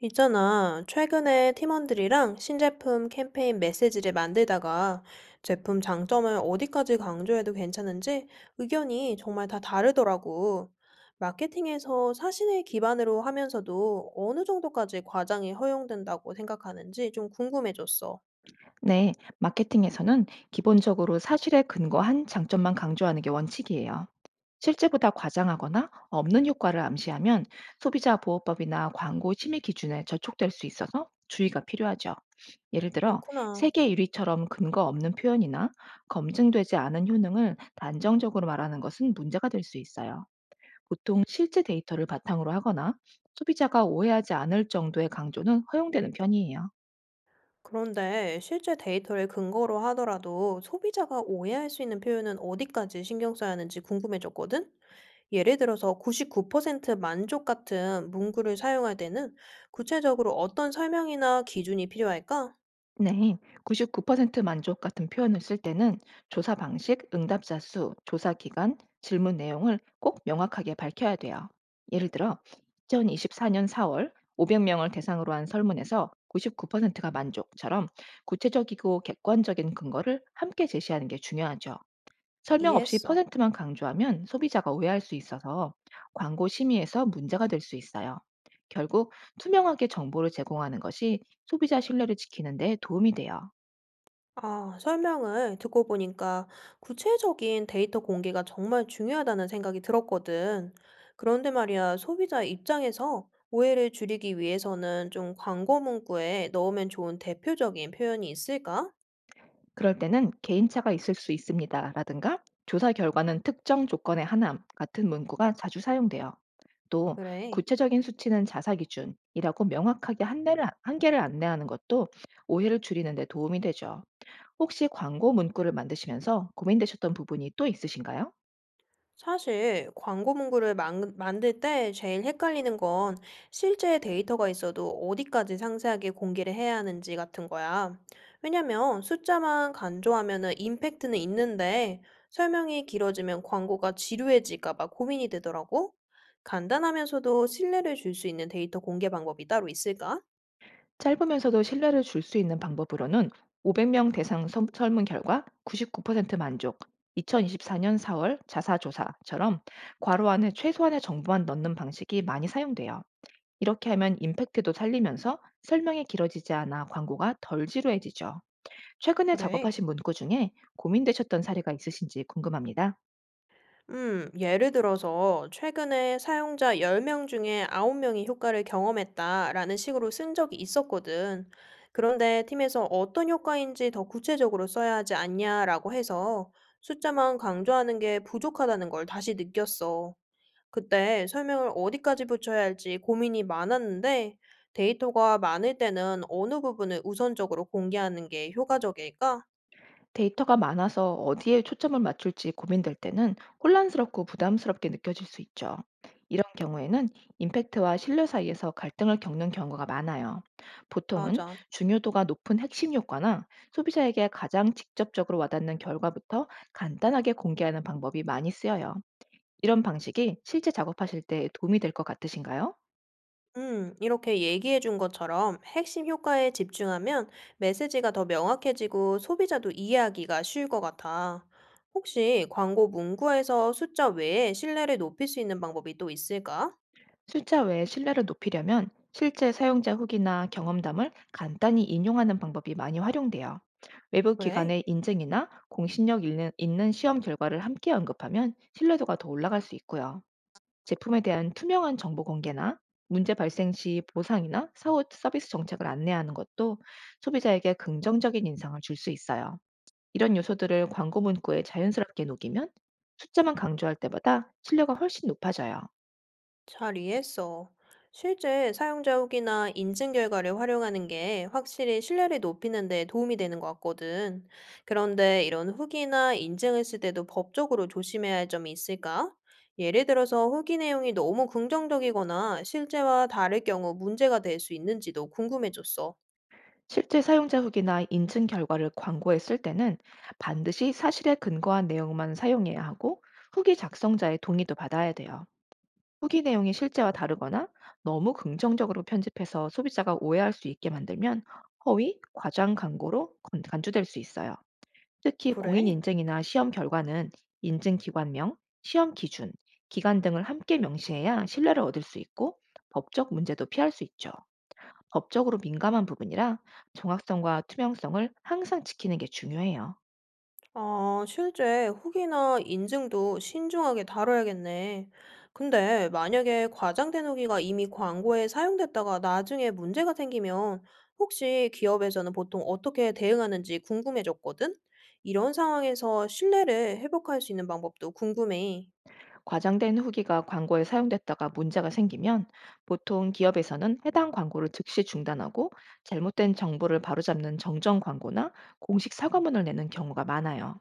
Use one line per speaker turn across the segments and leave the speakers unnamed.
있잖아. 최근에 팀원들이랑 신제품 캠페인 메시지를 만들다가 제품 장점을 어디까지 강조해도 괜찮은지 의견이 정말 다 다르더라고. 마케팅에서 사실을 기반으로 하면서도 어느 정도까지 과장이 허용된다고 생각하는지 좀 궁금해졌어.
네, 마케팅에서는 기본적으로 사실에 근거한 장점만 강조하는 게 원칙이에요. 실제보다 과장하거나 없는 효과를 암시하면 소비자 보호법이나 광고 심의 기준에 저촉될 수 있어서 주의가 필요하죠. 예를 들어
그렇구나.
세계 1위처럼 근거 없는 표현이나 검증되지 않은 효능을 단정적으로 말하는 것은 문제가 될 수 있어요. 보통 실제 데이터를 바탕으로 하거나 소비자가 오해하지 않을 정도의 강조는 허용되는 편이에요.
그런데 실제 데이터를 근거로 하더라도 소비자가 오해할 수 있는 표현은 어디까지 신경 써야 하는지 궁금해졌거든? 예를 들어서 99% 만족 같은 문구를 사용할 때는 구체적으로 어떤 설명이나 기준이 필요할까?
네, 99% 만족 같은 표현을 쓸 때는 조사 방식, 응답자 수, 조사 기간, 질문 내용을 꼭 명확하게 밝혀야 돼요. 예를 들어, 2024년 4월 500명을 대상으로 한 설문에서 99%가 만족처럼 구체적이고 객관적인 근거를 함께 제시하는 게 중요하죠. 설명 없이
이해했어.
퍼센트만 강조하면 소비자가 오해할 수 있어서 광고 심의에서 문제가 될 수 있어요. 결국 투명하게 정보를 제공하는 것이 소비자 신뢰를 지키는 데 도움이 돼요.
아, 설명을 듣고 보니까 구체적인 데이터 공개가 정말 중요하다는 생각이 들었거든. 그런데 말이야, 소비자 입장에서 오해를 줄이기 위해서는 좀 광고 문구에 넣으면 좋은 대표적인 표현이 있을까?
그럴 때는 개인차가 있을 수 있습니다라든가 조사 결과는 특정 조건의 하남 같은 문구가 자주 사용돼요. 또
그래.
구체적인 수치는 자사 기준이라고 명확하게 한계를 안내하는 것도 오해를 줄이는 데 도움이 되죠. 혹시 광고 문구를 만드시면서 고민되셨던 부분이 또 있으신가요?
사실 광고 문구를 만들 때 제일 헷갈리는 건 실제 데이터가 있어도 어디까지 상세하게 공개를 해야 하는지 같은 거야. 왜냐면 숫자만 강조하면은 임팩트는 있는데 설명이 길어지면 광고가 지루해질까 봐 고민이 되더라고. 간단하면서도 신뢰를 줄 수 있는 데이터 공개 방법이 따로 있을까?
짧으면서도 신뢰를 줄 수 있는 방법으로는 500명 대상 설문 결과 99% 만족, 2024년 4월 자사조사처럼 괄호 안에 최소한의 정보만 넣는 방식이 많이 사용돼요. 이렇게 하면 임팩트도 살리면서 설명이 길어지지 않아 광고가 덜 지루해지죠. 최근에
그래.
작업하신 문구 중에 고민되셨던 사례가 있으신지 궁금합니다.
예를 들어서 최근에 사용자 열 명 중에 아홉 명이 효과를 경험했다라는 식으로 쓴 적이 있었거든. 그런데 팀에서 어떤 효과인지 더 구체적으로 써야 하지 않냐라고 해서 숫자만 강조하는 게 부족하다는 걸 다시 느꼈어. 그때 설명을 어디까지 붙여야 할지 고민이 많았는데 데이터가 많을 때는 어느 부분을 우선적으로 공개하는 게 효과적일까?
데이터가 많아서 어디에 초점을 맞출지 고민될 때는 혼란스럽고 부담스럽게 느껴질 수 있죠. 이런 경우에는 임팩트와 신뢰 사이에서 갈등을 겪는 경우가 많아요. 보통은
맞아.
중요도가 높은 핵심 효과나 소비자에게 가장 직접적으로 와닿는 결과부터 간단하게 공개하는 방법이 많이 쓰여요. 이런 방식이 실제 작업하실 때 도움이 될 것 같으신가요?
이렇게 얘기해 준 것처럼 핵심 효과에 집중하면 메시지가 더 명확해지고 소비자도 이해하기가 쉬울 것 같아. 혹시 광고 문구에서 숫자 외에 신뢰를 높일 수 있는 방법이 또 있을까?
숫자 외에 신뢰를 높이려면 실제 사용자 후기나 경험담을 간단히 인용하는 방법이 많이 활용돼요. 외부
그래,
기관의 인증이나 공신력 있는 시험 결과를 함께 언급하면 신뢰도가 더 올라갈 수 있고요. 제품에 대한 투명한 정보 공개나 문제 발생 시 보상이나 사후 서비스 정책을 안내하는 것도 소비자에게 긍정적인 인상을 줄 수 있어요. 이런 요소들을 광고 문구에 자연스럽게 녹이면 숫자만 강조할 때보다 신뢰가 훨씬 높아져요.
잘 이해했어. 실제 사용자 후기나 인증 결과를 활용하는 게 확실히 신뢰를 높이는 데 도움이 되는 것 같거든. 그런데 이런 후기나 인증을 쓸 때도 법적으로 조심해야 할 점이 있을까? 예를 들어서 후기 내용이 너무 긍정적이거나 실제와 다를 경우 문제가 될 수 있는지도 궁금해졌어.
실제 사용자 후기나 인증 결과를 광고에 쓸 때는 반드시 사실에 근거한 내용만 사용해야 하고 후기 작성자의 동의도 받아야 돼요. 후기 내용이 실제와 다르거나 너무 긍정적으로 편집해서 소비자가 오해할 수 있게 만들면 허위, 과장 광고로 간주될 수 있어요. 특히 공인
그래?
인증이나 시험 결과는 인증 기관명, 시험 기준, 기간 등을 함께 명시해야 신뢰를 얻을 수 있고 법적 문제도 피할 수 있죠. 법적으로 민감한 부분이라 정확성과 투명성을 항상 지키는 게 중요해요.
아, 실제 후기나 인증도 신중하게 다뤄야겠네. 근데 만약에 과장된 후기가 이미 광고에 사용됐다가 나중에 문제가 생기면 혹시 기업에서는 보통 어떻게 대응하는지 궁금해졌거든? 이런 상황에서 신뢰를 회복할 수 있는 방법도 궁금해.
과장된 후기가 광고에 사용됐다가 문제가 생기면 보통 기업에서는 해당 광고를 즉시 중단하고 잘못된 정보를 바로잡는 정정 광고나 공식 사과문을 내는 경우가 많아요.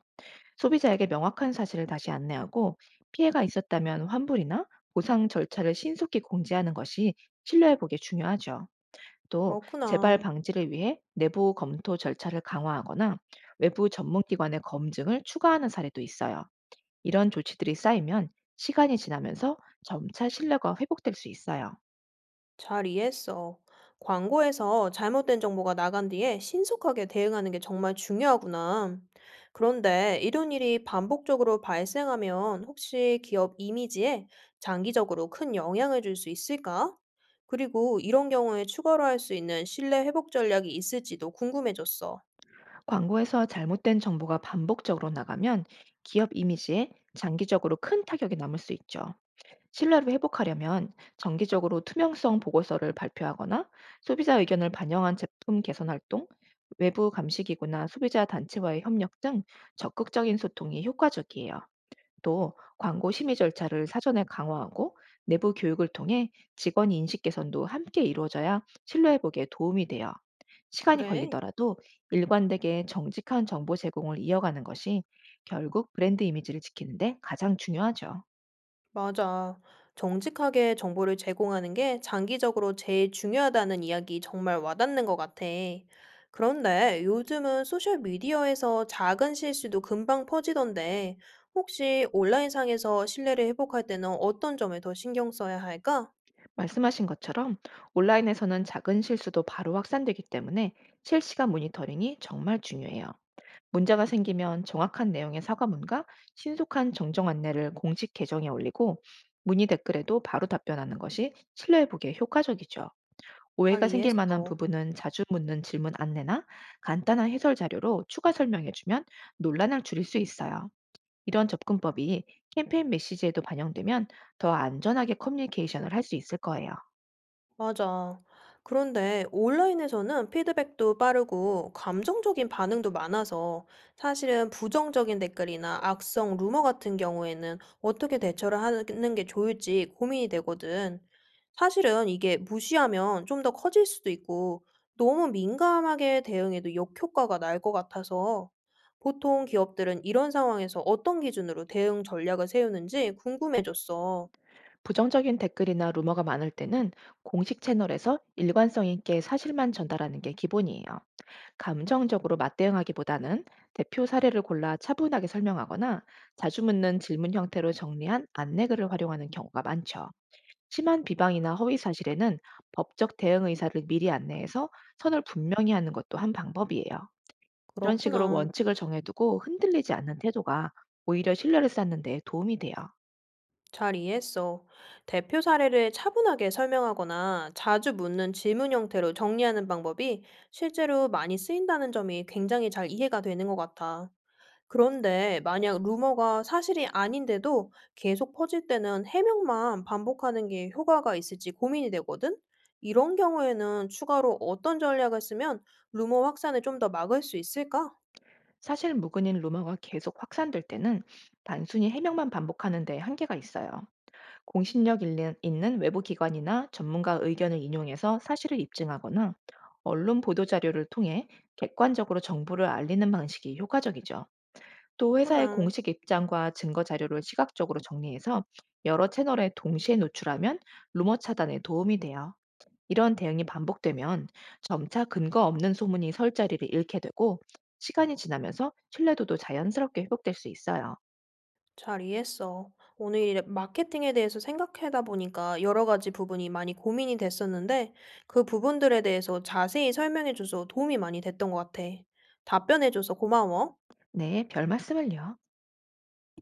소비자에게 명확한 사실을 다시 안내하고 피해가 있었다면 환불이나 보상 절차를 신속히 공지하는 것이 신뢰회복에 중요하죠. 또
그렇구나.
재발 방지를 위해 내부 검토 절차를 강화하거나 외부 전문기관의 검증을 추가하는 사례도 있어요. 이런 조치들이 쌓이면 시간이 지나면서 점차 신뢰가 회복될 수 있어요.
잘 이해했어. 광고에서 잘못된 정보가 나간 뒤에 신속하게 대응하는 게 정말 중요하구나. 그런데 이런 일이 반복적으로 발생하면 혹시 기업 이미지에 장기적으로 큰 영향을 줄 수 있을까? 그리고 이런 경우에 추가로 할 수 있는 신뢰 회복 전략이 있을지도 궁금해졌어.
광고에서 잘못된 정보가 반복적으로 나가면 기업 이미지에 장기적으로 큰 타격이 남을 수 있죠. 신뢰를 회복하려면 정기적으로 투명성 보고서를 발표하거나 소비자 의견을 반영한 제품 개선 활동, 외부 감시기구나 소비자 단체와의 협력 등 적극적인 소통이 효과적이에요. 또 광고 심의 절차를 사전에 강화하고 내부 교육을 통해 직원 인식 개선도 함께 이루어져야 신뢰 회복에 도움이 돼요. 시간이
그래.
걸리더라도 일관되게 정직한 정보 제공을 이어가는 것이 결국 브랜드 이미지를 지키는데 가장 중요하죠.
맞아. 정직하게 정보를 제공하는 게 장기적으로 제일 중요하다는 이야기 정말 와닿는 것 같아. 그런데 요즘은 소셜미디어에서 작은 실수도 금방 퍼지던데, 혹시 온라인상에서 신뢰를 회복할 때는 어떤 점에 더 신경 써야 할까?
말씀하신 것처럼 온라인에서는 작은 실수도 바로 확산되기 때문에 실시간 모니터링이 정말 중요해요. 문제가 생기면 정확한 내용의 사과문과 신속한 정정 안내를 공식 계정에 올리고 문의 댓글에도 바로 답변하는 것이 신뢰회복에 효과적이죠.
잘
오해가 생길 만한
이해했어.
부분은 자주 묻는 질문 안내나 간단한 해설 자료로 추가 설명해주면 논란을 줄일 수 있어요. 이런 접근법이 캠페인 메시지에도 반영되면 더 안전하게 커뮤니케이션을 할 수 있을 거예요.
맞아. 그런데 온라인에서는 피드백도 빠르고 감정적인 반응도 많아서 사실은 부정적인 댓글이나 악성 루머 같은 경우에는 어떻게 대처를 하는 게 좋을지 고민이 되거든. 사실은 이게 무시하면 좀 더 커질 수도 있고 너무 민감하게 대응해도 역효과가 날 것 같아서 보통 기업들은 이런 상황에서 어떤 기준으로 대응 전략을 세우는지 궁금해졌어.
부정적인 댓글이나 루머가 많을 때는 공식 채널에서 일관성 있게 사실만 전달하는 게 기본이에요. 감정적으로 맞대응하기보다는 대표 사례를 골라 차분하게 설명하거나 자주 묻는 질문 형태로 정리한 안내글을 활용하는 경우가 많죠. 심한 비방이나 허위 사실에는 법적 대응 의사를 미리 안내해서 선을 분명히 하는 것도 한 방법이에요. 이런 식으로
그렇구나.
원칙을 정해두고 흔들리지 않는 태도가 오히려 신뢰를 쌓는 데 도움이 돼요.
잘 이해했어. 대표 사례를 차분하게 설명하거나 자주 묻는 질문 형태로 정리하는 방법이 실제로 많이 쓰인다는 점이 굉장히 잘 이해가 되는 것 같아. 그런데 만약 루머가 사실이 아닌데도 계속 퍼질 때는 해명만 반복하는 게 효과가 있을지 고민이 되거든? 이런 경우에는 추가로 어떤 전략을 쓰면 루머 확산을 좀 더 막을 수 있을까?
사실 무근인 루머가 계속 확산될 때는 단순히 해명만 반복하는 데 한계가 있어요. 공신력 있는 외부 기관이나 전문가 의견을 인용해서 사실을 입증하거나 언론 보도 자료를 통해 객관적으로 정보를 알리는 방식이 효과적이죠. 또 회사의
그렇구나.
공식 입장과 증거 자료를 시각적으로 정리해서 여러 채널에 동시에 노출하면 루머 차단에 도움이 돼요. 이런 대응이 반복되면 점차 근거 없는 소문이 설 자리를 잃게 되고 시간이 지나면서 신뢰도도 자연스럽게 회복될 수 있어요.
잘 이해했어. 오늘 이 마케팅에 대해서 생각하다 보니까 여러 가지 부분이 많이 고민이 됐었는데 그 부분들에 대해서 자세히 설명해줘서 도움이 많이 됐던 것 같아. 답변해줘서 고마워.
네, 별 말씀을요.